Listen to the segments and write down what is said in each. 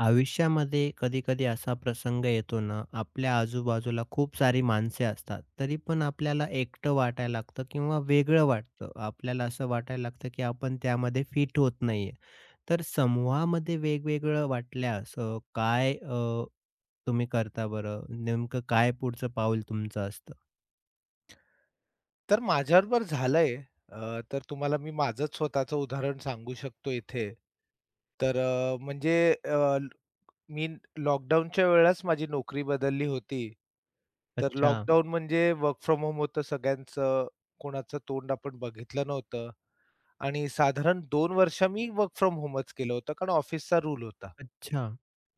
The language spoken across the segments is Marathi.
आयुष्यामध्ये कधी-कधी असा प्रसंग येतो ना, आपल्या आजूबाजूला खूप सारी माणसे असतात. तरी पण आपल्याला एकटं वाटायला लागतं किंवा वेगळं वाटतं. आपल्याला असं वाटायला लागतं, की आपण त्यामध्ये फिट होत नाहीये. तर समूहामध्ये वेगवेगळं वाटल्यास काय तुम्ही करता बरं? नेमकं काय पुढचं पाऊल तुमचं असतं? तर माझ्याबरोबर झालंय. तर तुम्हाला मी माझंच स्वतःचं उदाहरण सांगू शकतो इथे. तर अ, म्हणजे अ, ल- मी लॉकडाऊनच्या वेळेस माझी नोकरी बदलली होती. तर अच्छा, लॉकडाऊन म्हणजे वर्क फ्रॉम होम होतं सगळ्यांचं. कोणाचं तोंड आपण बघितलं नव्हतं आणि साधारण 2 वर्ष मी वर्क फ्रॉम होमच केलं होतं, कारण ऑफिसचा रूल होता. अच्छा.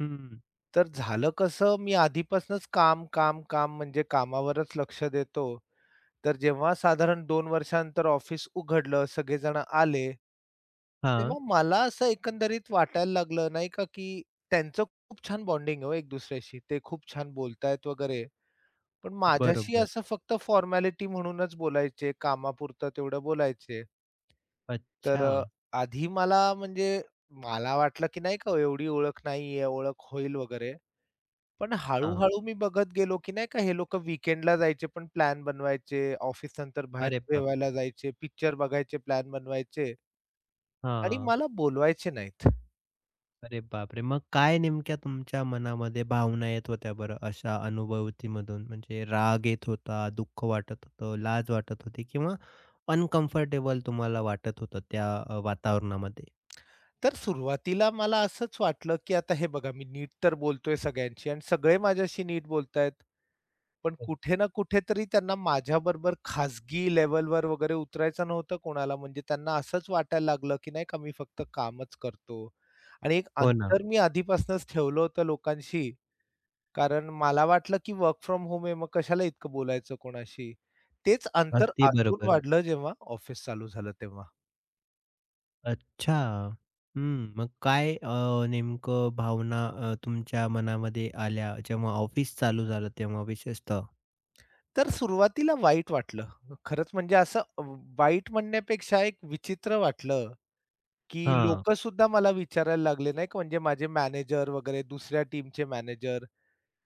हं. तर झालं कसं, मी आधीपासूनच काम म्हणजे कामावरच लक्ष देतो. तर जेव्हा साधारण 2 वर्षानंतर ऑफिस उघडलं, सगळेजण आले. हां. तेव्हा मला असं एकंदरीत वाटायला लागलं नाही का, की त्यांचं खूप छान बॉन्डिंग आहे हो एक दुसऱ्याशी. ते खूप छान बोलतायत वगैरे. पण माझ्याशी बरोबर. असं फक्त फॉर्मॅलिटी म्हणूनच बोलायचे, कामापुरतं तेवढं बोलायचे. तर अच्छा. अ, आधी मला म्हणजे मला वाटलं, की नाही का हो एवढी ओळख नाहीये, ओळख होईल वगैरे. पण हां. हळू-हळू मी बघत गेलो, की नाही का हे लोकं वीकेंडला जायचे पण प्लॅन बनवायचे, ऑफिस नंतर बाहेर अरे बापरे! जेवायला जायचे, पिक्चर बघायचे प्लॅन बनवायचे आणि हां. मला बोलवायचे नाहीत. अरे बापरे! मग काय नेमक्या तुमच्या मनामध्ये भावना येत होत्या बरं अशा अनुभूतीमधून? म्हणजे राग येत होता, दुःख वाटत होतं, लाज वाटत होती किंवा अनकम्फर्टेबल तुम्हाला वाटत होतं त्या वातावरणामध्ये? तर सुरुवातीला मला असंच वाटलं, की आता हे बघा मी नीट तर बोलतोय सगळ्यांशी आणि सगळे माझ्याशी नीट बोलतायत. पण हो. कुठे ना कुठेतरी त्यांना माझ्याबरोबर खाजगी लेव्हलवर वगैरे उतरायचं नव्हतं कोणाला. म्हणजे त्यांना असंच वाटायला लागलं, की नाही का मी फक्त कामच करतो आणि एक हो ना. अंतर मी आधीपासूनच ठेवलं होतं लोकांशी कारण मला वाटलं, की वर्क फ्रॉम होम आहे, मग कशाला इतकं बोलायचं कोणाशी. तेच अंतर अगदी आतून बरोबर. वाढलं जेव्हा ऑफिस चालू झालं तेव्हा. अच्छा. हं. मग काय नेमकं भावना तुमच्या मनामध्ये आल्या जेव्हा ऑफिस चालू झालं तेव्हा विशेषतः? तर सुरुवातीला वाईट वाटलं. खरंच म्हणजे असं अ, वाईट म्हणण्यापेक्षा एक विचित्र वाटलं, की हां. लोकंसुद्धा मला विचारायला लागले नाही का, म्हणजे माझे मॅनेजर वगैरे दुसऱ्या टीमचे मॅनेजर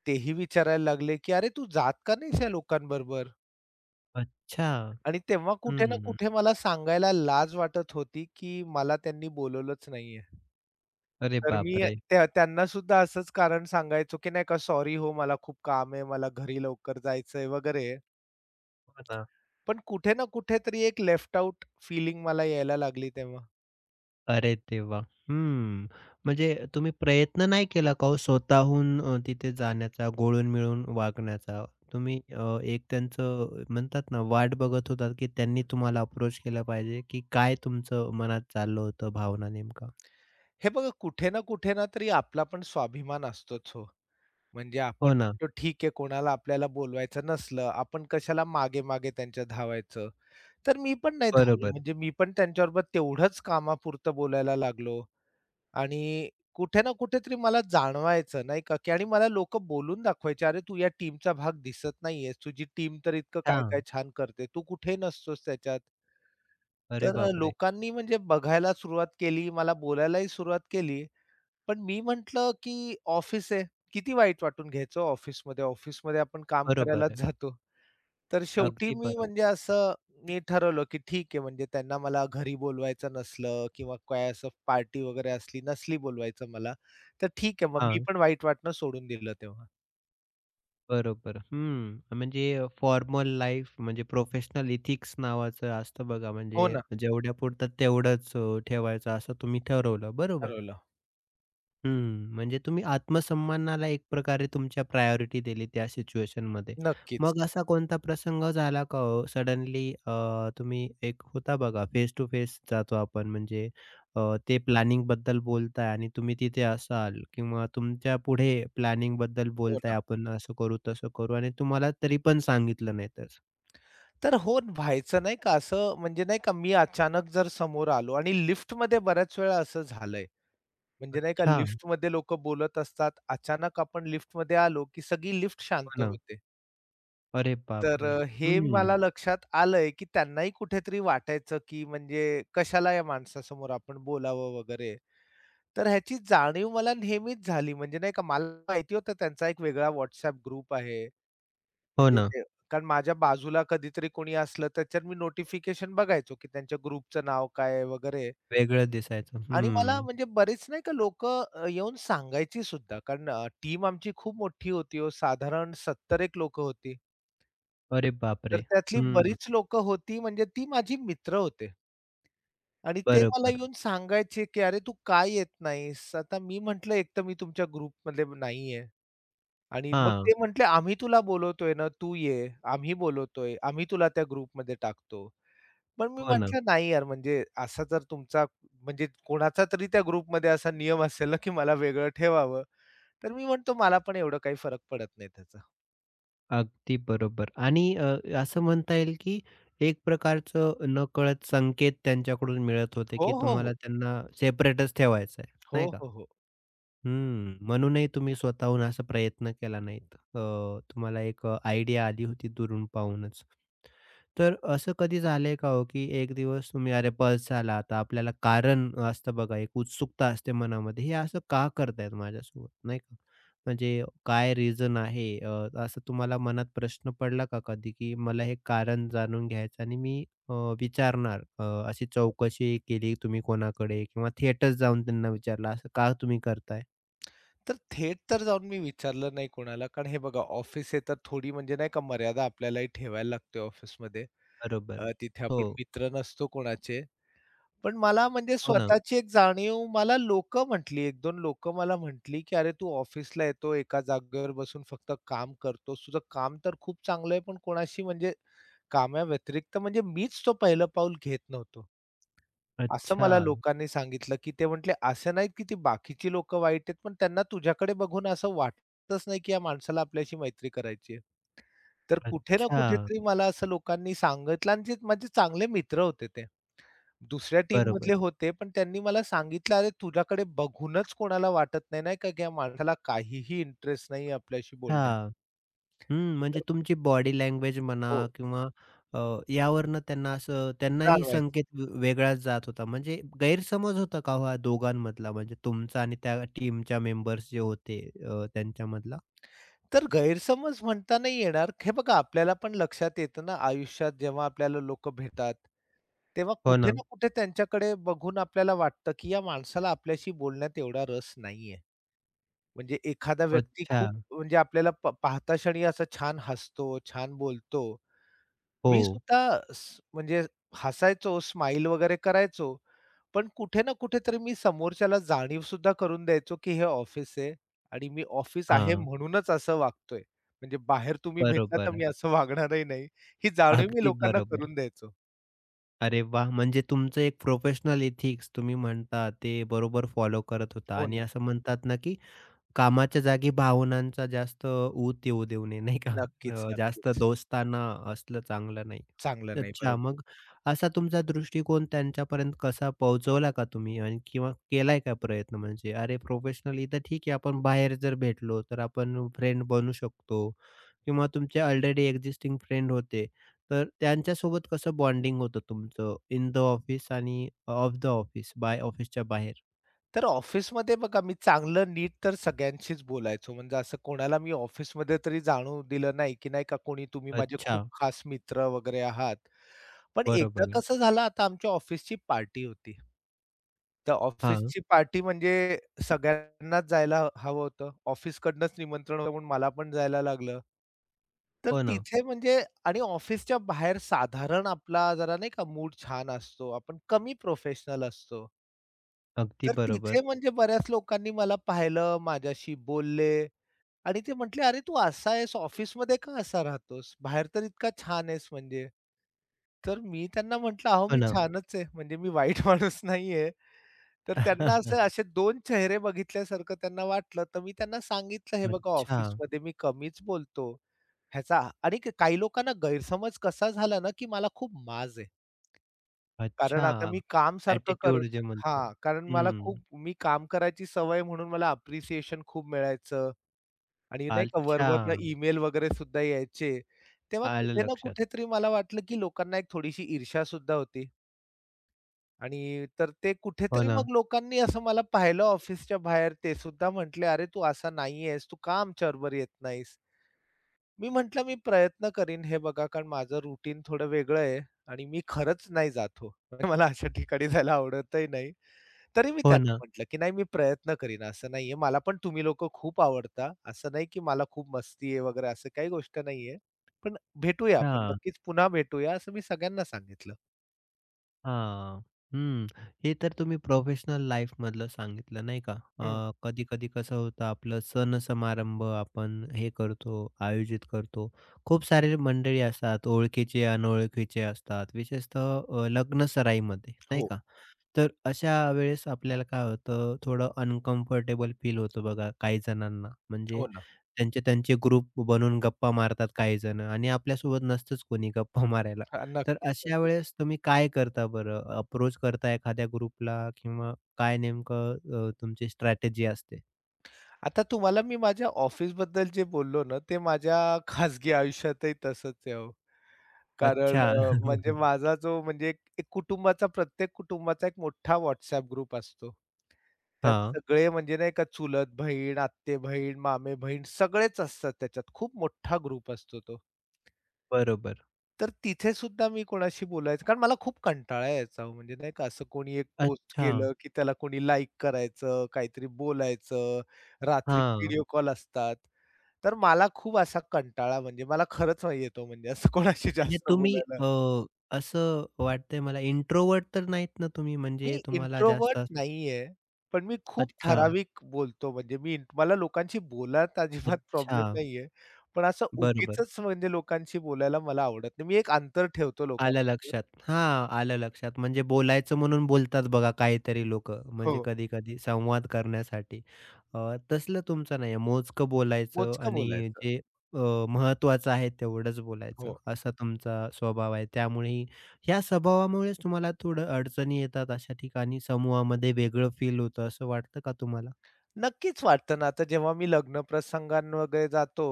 तेही विचारायला लागले, की "अरे तू जात का नाहीस या लोकांबरोबर?" अच्छा. आणि तेव्हा कुठे ना हं. कुठे मला सांगायला लाज वाटत होती, की मला त्यांनी बोलावलंच नाहीये. अरे तर मी बापरे! त्यांना सुद्धा असंच कारण सांगायचो, की नाही का, "सॉरी हो, मला खूप काम आहे, मला घरी लवकर जायचंय" वगैरे. हो ना. पण कुठे ना कुठेतरी एक लेफ्ट आउट फीलिंग मला यायला लागली तेव्हा. अरे देवा! हं. म्हणजे तुम्ही प्रयत्न नाही केला का हो स्वतःहून तिथे जाण्याचा, गोळून मिळून वागण्याचा? तुम्ही एक त्यांचं म्हणतात ना वाट बघत होतात, की त्यांनी तुम्हाला अप्रोच केला पाहिजे, की काय तुमचं मनात चाललं होतं भावना नेमका? हे बघा कुठे ना कुठे ना तरी आपला पण स्वाभिमान असतोच हो. म्हणजे आपण हो ना. तो ठीक आहे, कोणाला आपल्याला बोलवायचं नसलं, आपण कशाला मागे-मागे त्यांच्या धावायचं. तर मी पण नाही धावलो. बरोबर. म्हणजे मी पण त्यांच्याबरोबर तेवढंच कामापुरतं बोलायला लागलो. आणि कुठे ना कुठेतरी मला जाणवायचं नाही का, की आणि मला लोकं बोलून दाखवायचे, "अरे, तू या टीमचा भाग दिसत नाहीयेस. तुझी टीम तर इतकं काय-काय हां. छान करते. तू कुठे नसतोस त्याच्यात." अरे बापरे! लोकांनी म्हणजे बघायला सुरुवात केली, मला बोलायलाही सुरुवात केली. पण मी म्हटलं, की ऑफिस आहे. किती वाईट वाटून घ्यायचं ऑफिसमध्ये. ऑफिसमध्ये आपण काम बरोबर करायलाच आहे. जातो. तर शेवटी अगदी मी म्हणजे बरोबर. असं मी ठरवलं, की ठीक आहे म्हणजे त्यांना मला घरी बोलवायचं नसलं किंवा काय असं पार्टी वगैरे असली नसली बोलवायचं मला, तर ठीक आहे मग मी हां. पण वाईट वाटणं सोडून दिलं तेव्हा. बरोबर. हं. म्हणजे फॉर्मल लाईफ म्हणजे प्रोफेशनल इथिक्स नावाचं असतं बघा, हो म्हणजे ना, जेवढ्या पुरतं तेवढंच ठेवायचं असं तुम्ही ठरवलं, बरोबर. ठरवलं. हम्म. म्हणजे तुम्ही आत्मसन्मानाला एक प्रकारे तुमच्या प्रायोरिटी दिली त्या सिच्युएशनमध्ये. नक्कीच. मग असा कोणता प्रसंग झाला का हो? सडनली तुम्ही एक होता बघा फेस टू फेस जातो आपण म्हणजे ते प्लॅनिंगबद्दल बोलताय आणि तुम्ही तिथे असाल किंवा तुमच्या पुढे प्लॅनिंगबद्दल हो बोलताय ना. आपण असं करू, तसं करू आणि तुम्हाला तरी पण सांगितलं नाही तसं. तर हो व्हायचं नाही का असं म्हणजे नाही का मी अचानक जर समोर आलो आणि लिफ्टमध्ये बऱ्याच वेळा असं झालंय. म्हणजे नाही का अच्छा. लिफ्टमध्ये लोकं बोलत असतात. अचानक आपण लिफ्टमध्ये आलो, की सगळी लिफ्ट हो शांत ना. होते. अरे बापरे! हे हम्म. मला लक्षात आलंय, की त्यांनाही कुठेतरी वाटायचं, की म्हणजे कशाला या माणसासमोर आपण बोलावं वगैरे. तर ह्याची जाणीव मला नेहमीच झाली. म्हणजे नाही का मला माहिती होतं त्यांचा एक वेगळा WhatsApp ग्रुप आहे. हो म्हणजे ना. ते कारण माझ्या बाजूला कधीतरी कोणी असलं त्याच्यात मी नोटिफिकेशन बघायचो, की त्यांच्या ग्रुपचं नाव काय आहे वगैरे. वेगळं दिसायचं. आणि मला हम्म. म्हणजे बरेच नाही का लोकं येऊन सांगायची सुद्धा. कारण टीम आमची खूप मोठी होती हो. साधारण 70 एक लोकं होती. अरे तर बापरे! त्यातली हम्म. बरीच लोक होती म्हणजे ती माझी मित्र होते. आणि ते मला बरोबर. येऊन सांगायचे, की "अरे तू का येत नाहीस?" आता मी म्हटलं, "एक तर मी तुमच्या ग्रुपमध्ये नाहीये" आणि मग हां, ते म्हटले, "आम्ही तुला बोलवतोय ना, तू ये. आम्ही बोलवतोय. आम्ही तुला त्या ग्रुपमध्ये टाकतो." पण मी हो ना. म्हटलं, "नाही यार, म्हणजे असा जर तुमचा म्हणजे कोणाचा तरी त्या ग्रुपमध्ये असा नियम असेल ना, की मला वेगळं ठेवावं." तर मी म्हणतो, "मला पण एवढं काही फरक पडत नाही त्याचा." अगदी बरोबर आणि असं म्हणता येईल की एक प्रकारचं नकळत संकेत त्यांच्याकडून मिळत होते, हो, की हो, तुम्हाला हो. त्यांना सेपरेटच ठेवायचं आहे, हो, नाही का? हो, हो. हम्म. म्हणूनही तुम्ही स्वतःहून असा प्रयत्न केला नाहीत. तुम्हाला एक आयडिया आली होती दुरून पाहूनच. तर असं कधी झालंय का हो, की एक दिवस तुम्ही अरे बस झाला आता आपल्याला कारण असतं बघा एक उत्सुकता असते मनामध्ये, हे असं का करतायत माझ्यासोबत नाही का? म्हणजे काय रिझन आहे? असं तुम्हाला मनात प्रश्न पडला का कधी, की मला हे कारण जाणून घ्यायचं आणि मी विचारणार अशी चौकशी केली तुम्ही कोणाकडे किंवा थेटच जाऊन त्यांना विचारलं असं का तुम्ही करताय? तर थेट तर जाऊन मी विचारलं नाही कोणाला, कारण हे बघा ऑफिस आहे तर थोडी म्हणजे नाही का मर्यादा आपल्यालाही ठेवायला लागते ऑफिसमध्ये. बरोबर. तिथे हो, आपण मित्र नसतो कोणाचे. पण मला म्हणजे हो ना. स्वतःची एक जाणीव मला लोकं म्हटली, एक दोन लोकं मला म्हटली, की "अरे तू ऑफिसला येतो, एका जागेवर बसून फक्त काम करतोस. तुझं काम तर खूप चांगलं आहे, पण कोणाशी म्हणजे कामाव्यतिरिक्त म्हणजे मीच तो पहिलं पाऊल घेत नव्हतो." असं अच्छा, मला लोकांनी सांगितलं, की ते म्हटले, "असं नाहीत की ती बाकीची लोकं वाईट आहेत, पण त्यांना तुझ्याकडे बघून असं वाटतच नाही, की या माणसाला आपल्याशी मैत्री करायची आहे." तर कुठे ना अच्छा. कुठेतरी मला असं लोकांनी सांगितलं आणि जे माझे चांगले मित्र होते ते. दुसऱ्या बरोबर. टीममधले होते, पण त्यांनी मला सांगितलं, "अरे, तुझ्याकडे बघूनच कोणाला वाटत नाही, नाही का, की या माणसाला काहीही इंटरेस्ट नाही आपल्याशी बोलण्यात." हां. हं, म्हणजे तर तुमची बॉडी लँग्वेज म्हणा हो, किंवा अ, यावरनं त्यांना असं त्यांनाही जाणवायचं. संकेत व वेगळाच जात होता. म्हणजे गैरसमज होता का हो हा दोघांमधला म्हणजे तुमचा आणि त्या टीमच्या मेंबर्स जे होते त्यांच्यामधला? तर गैरसमज म्हणता नाही येणार. हे बघा, आपल्याला पण लक्षात येतं ना आयुष्यात जेव्हा आपल्याला लोकं भेटतात, तेव्हा हो कुठे ना. ना कुठे त्यांच्याकडे बघून आपल्याला वाटतं, की या माणसाला आपल्याशी बोलण्यात एवढा रस नाहीये. म्हणजे एखादा व्यक्ती खूप अच्छा. म्हणजे आपल्याला पाहता क्षणी असा छान हसतो, छान बोलतो. हो. मी सुद्धा म्हणजे हसायचो, स्माईल वगैरे करायचो. पण कुठे ना कुठेतरी मी समोरच्याला जाणीव सुद्धा करून द्यायचो, की हे ऑफिस आहे आणि मी ऑफिस आहे हां. म्हणूनच असं वागतोय. म्हणजे बाहेर तुम्ही भेटला तर बरोबर आहे. मी असं वागणारही नाही. ही जाणीव मी अगदी लोकांना बरोबर. करून द्यायचो. अरे वाह! म्हणजे तुमचं एक प्रोफेशनल एथिक्स तुम्ही म्हणता ते बरोबर फॉलो करत होता हो आणि ना. असं म्हणतात ना, की कामाच्या जागी भावनांचा जास्त ऊत येऊ देऊ नये, नाही का? नक्कीच, जास्त नक्कीच. दोस्ताना असलं चांगलं नाही. चांगलं नाही, अच्छा, बरोबर. मग असा तुमचा दृष्टिकोन त्यांच्यापर्यंत कसा पोहोचवला का तुम्ही? आणि किंवा केलाय का प्रयत्न? म्हणजे अरे, प्रोफेशनली तर ठीक आहे, आपण बाहेर जर भेटलो, तर आपण फ्रेंड बनू शकतो किंवा तुमचे ऑलरेडी एक्झिस्टिंग फ्रेंड होते, तर त्यांच्यासोबत कसं बॉन्डिंग होतं तुमचं इन द ऑफिस आणि ऑफ द ऑफिस, बाय ऑफिसच्या बाहेर? तर ऑफिसमध्ये बघा मी चांगलं नीट तर सगळ्यांशीच बोलायचो. म्हणजे असं कोणाला मी ऑफिसमध्ये तरी जाणवू दिलं नाही, की नाही का कोणी तुम्ही माझे अच्छा, खूप खास मित्र वगैरे आहात. पण एकदा बरोबर आहे. कसं झालं आता आमच्या ऑफिसची पार्टी होती. तर हां, ऑफिसची पार्टी म्हणजे सगळ्यांनाच जायला हवं होतं. ऑफिसकडनंच निमंत्रण होतं म्हणून मला पण जायला लागलं. तर हो ना. तिथे म्हणजे आणि ऑफिसच्या बाहेर साधारण आपला जरा नाही का मूड छान असतो. आपण कमी प्रोफेशनल असतो. अगदी तर बरोबर. तिथे म्हणजे बऱ्याच लोकांनी मला पाहिलं, माझ्याशी बोलले आणि ते म्हटले, "अरे, तू असा आहेस, ऑफिसमध्ये का असा राहतोस? बाहेर तर इतका छान आहेस म्हणजे." तर मी त्यांना म्हटलं, "अहो, हो मी ना. छानच आहे, म्हणजे मी वाईट माणूस नाहीये." तर त्यांना असे असे 2 चेहरे बघितल्यासारखं त्यांना वाटलं, तर मी त्यांना सांगितलं, "हे बघा, अच्छा, ऑफिसमध्ये मी कमीच बोलतो ह्याचा" आणि काही लोकांना गैरसमज कसा झाला ना, की मला खूप माज आहे. कारण आता अच्छा. मी काम सारखं करत ॲटिट्यूड जे म्हणतो. हां, कारण मला हं. हं. खूप मी काम करायची सवय म्हणून मला अप्रिसिएशन खूप मिळायचं आणि नाही का अच्छा. वरवरनं ईमेल वगैरे सुद्धा यायचे. तेव्हा आलं कुठे ना लक्षात. कुठेतरी मला वाटलं, की लोकांना एक थोडीशी ईर्ष्या सुद्धा होती तर ते हो कुठेतरी ना, मग लोकांनी असं मला पाहिलं ऑफिसच्या बाहेर ते सुद्धा म्हटले, "अरे, तू असा नाहीयेस, तू का आमच्याबरोबर येत नाहीस?" मी म्हटलं, "मी प्रयत्न करीन हे बघा, कारण माझं रुटीन थोडं वेगळं आहे आणि मी खरंच नाही जात हो. म्हणजे मला अशा ठिकाणी जायला आवडतही नाही." तरी मी हो त्यांना ना. म्हटलं, की "नाही मी प्रयत्न करीन, असं नाहीये. मला पण तुम्ही लोकं खूप आवडता. असं नाही की मला खूप मस्ती आहे वगैरे असं काही गोष्ट नाहीये. पण भेटूया आपण अच्छा. नक्कीच पुन्हा भेटूया." असं मी सगळ्यांना सांगितलं. हां. हं. हे तर तुम्ही प्रोफेशनल लाईफमधलं सांगितलं नाही का? हं. कधी-कधी कसं होतं आपलं सण-समारंभ आपण हे करतो, आयोजित करतो. खूप सारे मंडळी असतात, ओळखीचे, अनोळखीचे असतात. विशेषतः लग्नसराईमध्ये नाही हो, का? तर अशा वेळेस आपल्याला काय होतं, थोडं अनकम्फर्टेबल फील होतं बघा काही जणांना. म्हणजे हो ना. त्यांचे त्यांचे ग्रुप बनवून गप्पा मारतात काही जण आणि आपल्यासोबत नसतंच कोणी गप्पा मारायला. हां, तर नक्कीच, अशा नक्कीच. वेळेस तुम्ही काय करता बरं? अप्रोच करता एखाद्या ग्रुपला किंवा काय नेमकं तुमची स्ट्रॅटेजी असते? आता तुम्हाला मी माझ्या ऑफिसबद्दल जे बोललो ना, ते माझ्या खाजगी आयुष्यातही तसंच आहे हो. कारण अच्छा. अ, म्हणजे माझा जो म्हणजे एक एक कुटुंबाचा प्रत्येक कुटुंबाचा एक मोठा WhatsApp ग्रुप असतो. त्यात हां, सगळे म्हणजे नाही का चुलत बहीण, आत्ते-बहीण, मामे-बहीण सगळेच असतात त्याच्यात. खूप मोठा ग्रुप असतो तो. बरोबर. तर तिथे सुद्धा मी कोणाशी बोलायचं कारण मला खूप कंटाळा यायचा हो. म्हणजे नाही का असं कोणी एक पोस्ट अच्छा. केलं, की त्याला कोणी लाइक करायचं, काहीतरी बोलायचं, रात्री हां, व्हिडिओ कॉल असतात. तर मला खूप असा कंटाळा म्हणजे मला खरंच नाही येतो म्हणजे असं कोणाशी म्हणजे जास्त तुम्ही बोलायला. असं वाटतंय मला इंट्रोव्हर्ट तर नाहीत ना तुम्ही? मी म्हणजे तुम्हाला जास्त इंट्रोव्हर्ट असं- नाहीये, पण मी खूप अच्छा. ठराविक बोलतो. म्हणजे मला लोकांशी बोलायत अजिबात अच्छा. प्रॉब्लेम नाहीये. पण असं बरोबर. उगीचच म्हणजे लोकांशी बोलायला मला आवडत नाही. मी एक अंतर ठेवतो आलं लोकांबरोबर. लक्षात. हां, आलं लक्षात. म्हणजे बोलायचं म्हणून बोलतात बघा काहीतरी लोकं. हो, म्हणजे कधी-कधी संवाद करण्यासाठी. अ, तसलं तुमचं नाहीये. मोजकं बोलायचं मोजकं आणि बोलायचं. जे महत्त्वाचं आहे तेवढंच बोलायचं, हो. असा तुमचा स्वभाव आहे. त्यामुळेही ह्या स्वभावामुळेच तुम्हाला थोडं अडचणी येतात अशा ठिकाणी, समूहामध्ये वेगळं फील होतं असं वाटतं का तुम्हाला? नक्कीच वाटतं ना, आता जेव्हा मी लग्नप्रसंगांना वगैरे जातो,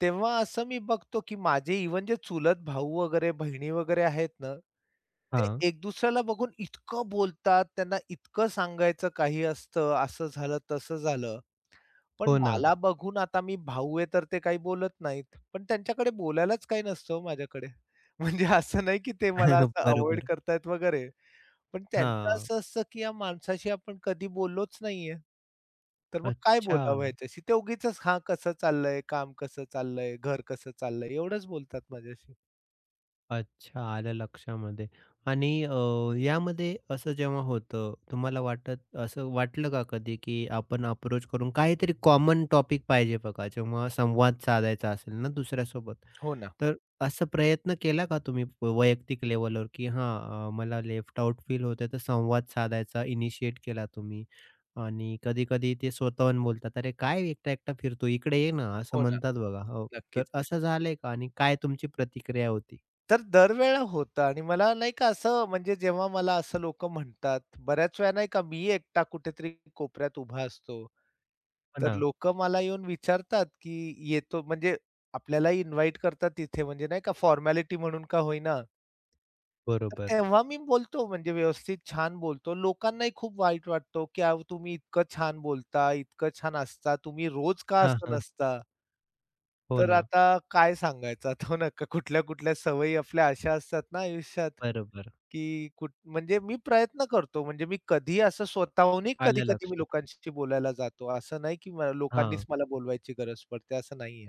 तेव्हा असं मी बघतो, की माझे इव्हन जे चुलत भाऊ वगैरे, बहिणी वगैरे आहेत ना, ते हां. एक दुसऱ्याला बघून इतकं बोलतात, त्यांना इतकं सांगायचं काही असतं, असं झालं, तसं झालं. पण हो ना. मला बघून आता मी भाऊ आहे तर ते काही बोलत नाहीत. पण त्यांच्याकडे बोलायलाच काही नसतं हो माझ्याकडे. म्हणजे असं नाही की ते मला असं अव्हॉइड बरोबर. करतायत वगैरे. पण त्यांचं हां. असं असतं की या माणसाशी आपण कधी बोललोच नाहीये. तर मग काय अच्छा. बोलावं ह्याच्याशी? ते उगीचच हां, कसं चाललंय? काम कसं चाललंय? घर कसं चाललंय? एवढंच बोलतात माझ्याशी. अच्छा, आलं लक्षामध्ये आणि यामध्ये असं जेव्हा होतं, तुम्हाला वाटत असं वाटलं का कधी, की आपण अप्रोच करून काहीतरी कॉमन टॉपिक पाहिजे बघा, जेव्हा संवाद साधायचा असेल ना दुसऱ्यासोबत. हो ना, तर असा प्रयत्न केला का तुम्ही वैयक्तिक लेव्हलवर, की हां, मला लेफ्ट आउट फील होतंय, तर संवाद साधायचा इनिशिएट केला तुम्ही आणि कधी-कधी ते स्वतःहून बोलतात, "अरे काय एकटा-एकटा फिरतो, इकडे ये ना," असं हो ना. म्हणतात बघा. हो, तर नक्कीच. असं झालंय का आणि काय तुमची प्रतिक्रिया होती? तर दरवेळेला होतं आणि मला नाही का असं म्हणजे जेव्हा मला असं लोकं म्हणतात, बऱ्याच वेळा नाही का मी एकटा कुठेतरी कोपऱ्यात उभा असतो. हो तर ना. लोकं मला येऊन विचारतात, की येतो म्हणजे आपल्याला इन्व्हाईट करतात तिथे म्हणजे नाही का फॉर्मॅलिटी म्हणून का होईना. तर बरोबर. तेव्हा मी बोलतो म्हणजे व्यवस्थित छान बोलतो. लोकांनाही खूप वाईट वाटतो, की अहो तुम्ही इतकं छान बोलता, इतकं छान असता, तुम्ही रोज का हां, असं हां. नसता? हो तर ना. आता काय सांगायचं? आता हो ना, कुठल्या-कुठल्या सवयी आपल्या अशा असतात ना आयुष्यात, बरोबर. की म्हणजे मी प्रयत्न करतो. म्हणजे मी कधी असं स्वतःहूनही आलं कधी-कधी मी लक्षात. लोकांशी बोलायला जातो. असं नाही की लोकांनीच हां, मला बोलवायची गरज पडते, असं नाहीये.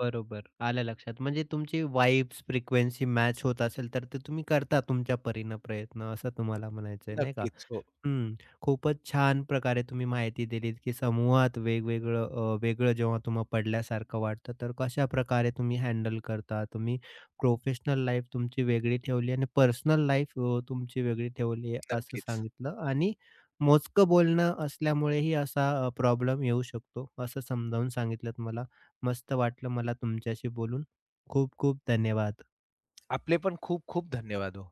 बरोबर. आलं लक्षात. म्हणजे तुमची वाइब्स, फ्रिक्वेन्सी मॅच होत असेल, तर ते तुम्ही करता तुमच्या परीनं प्रयत्न, असं तुम्हाला म्हणायचंय, नाही का? नक्कीच. हो, हं. खूपच छान प्रकारे तुम्ही माहिती दिलीत, की समूहात वेगवेगळं वेगळं जेव्हा तुम्हाला पडल्यासारखं वाटतं, तर कशाप्रकारे तुम्ही हँडल करता. तुम्ही प्रोफेशनल लाईफ तुमची वेगळी ठेवली आणि पर्सनल लाईफ तुमची वेगळी ठेवली आहे, असं नक्कीच. सांगितलं आणि मोजकं बोलणं असल्यामुळेही असा प्रॉब्लेम येऊ शकतो, असं समजावून सांगितलत मला. मस्त वाटलं मला तुमच्याशी बोलून. खूप खूप धन्यवाद. आपले पण खूप खूप धन्यवाद हो.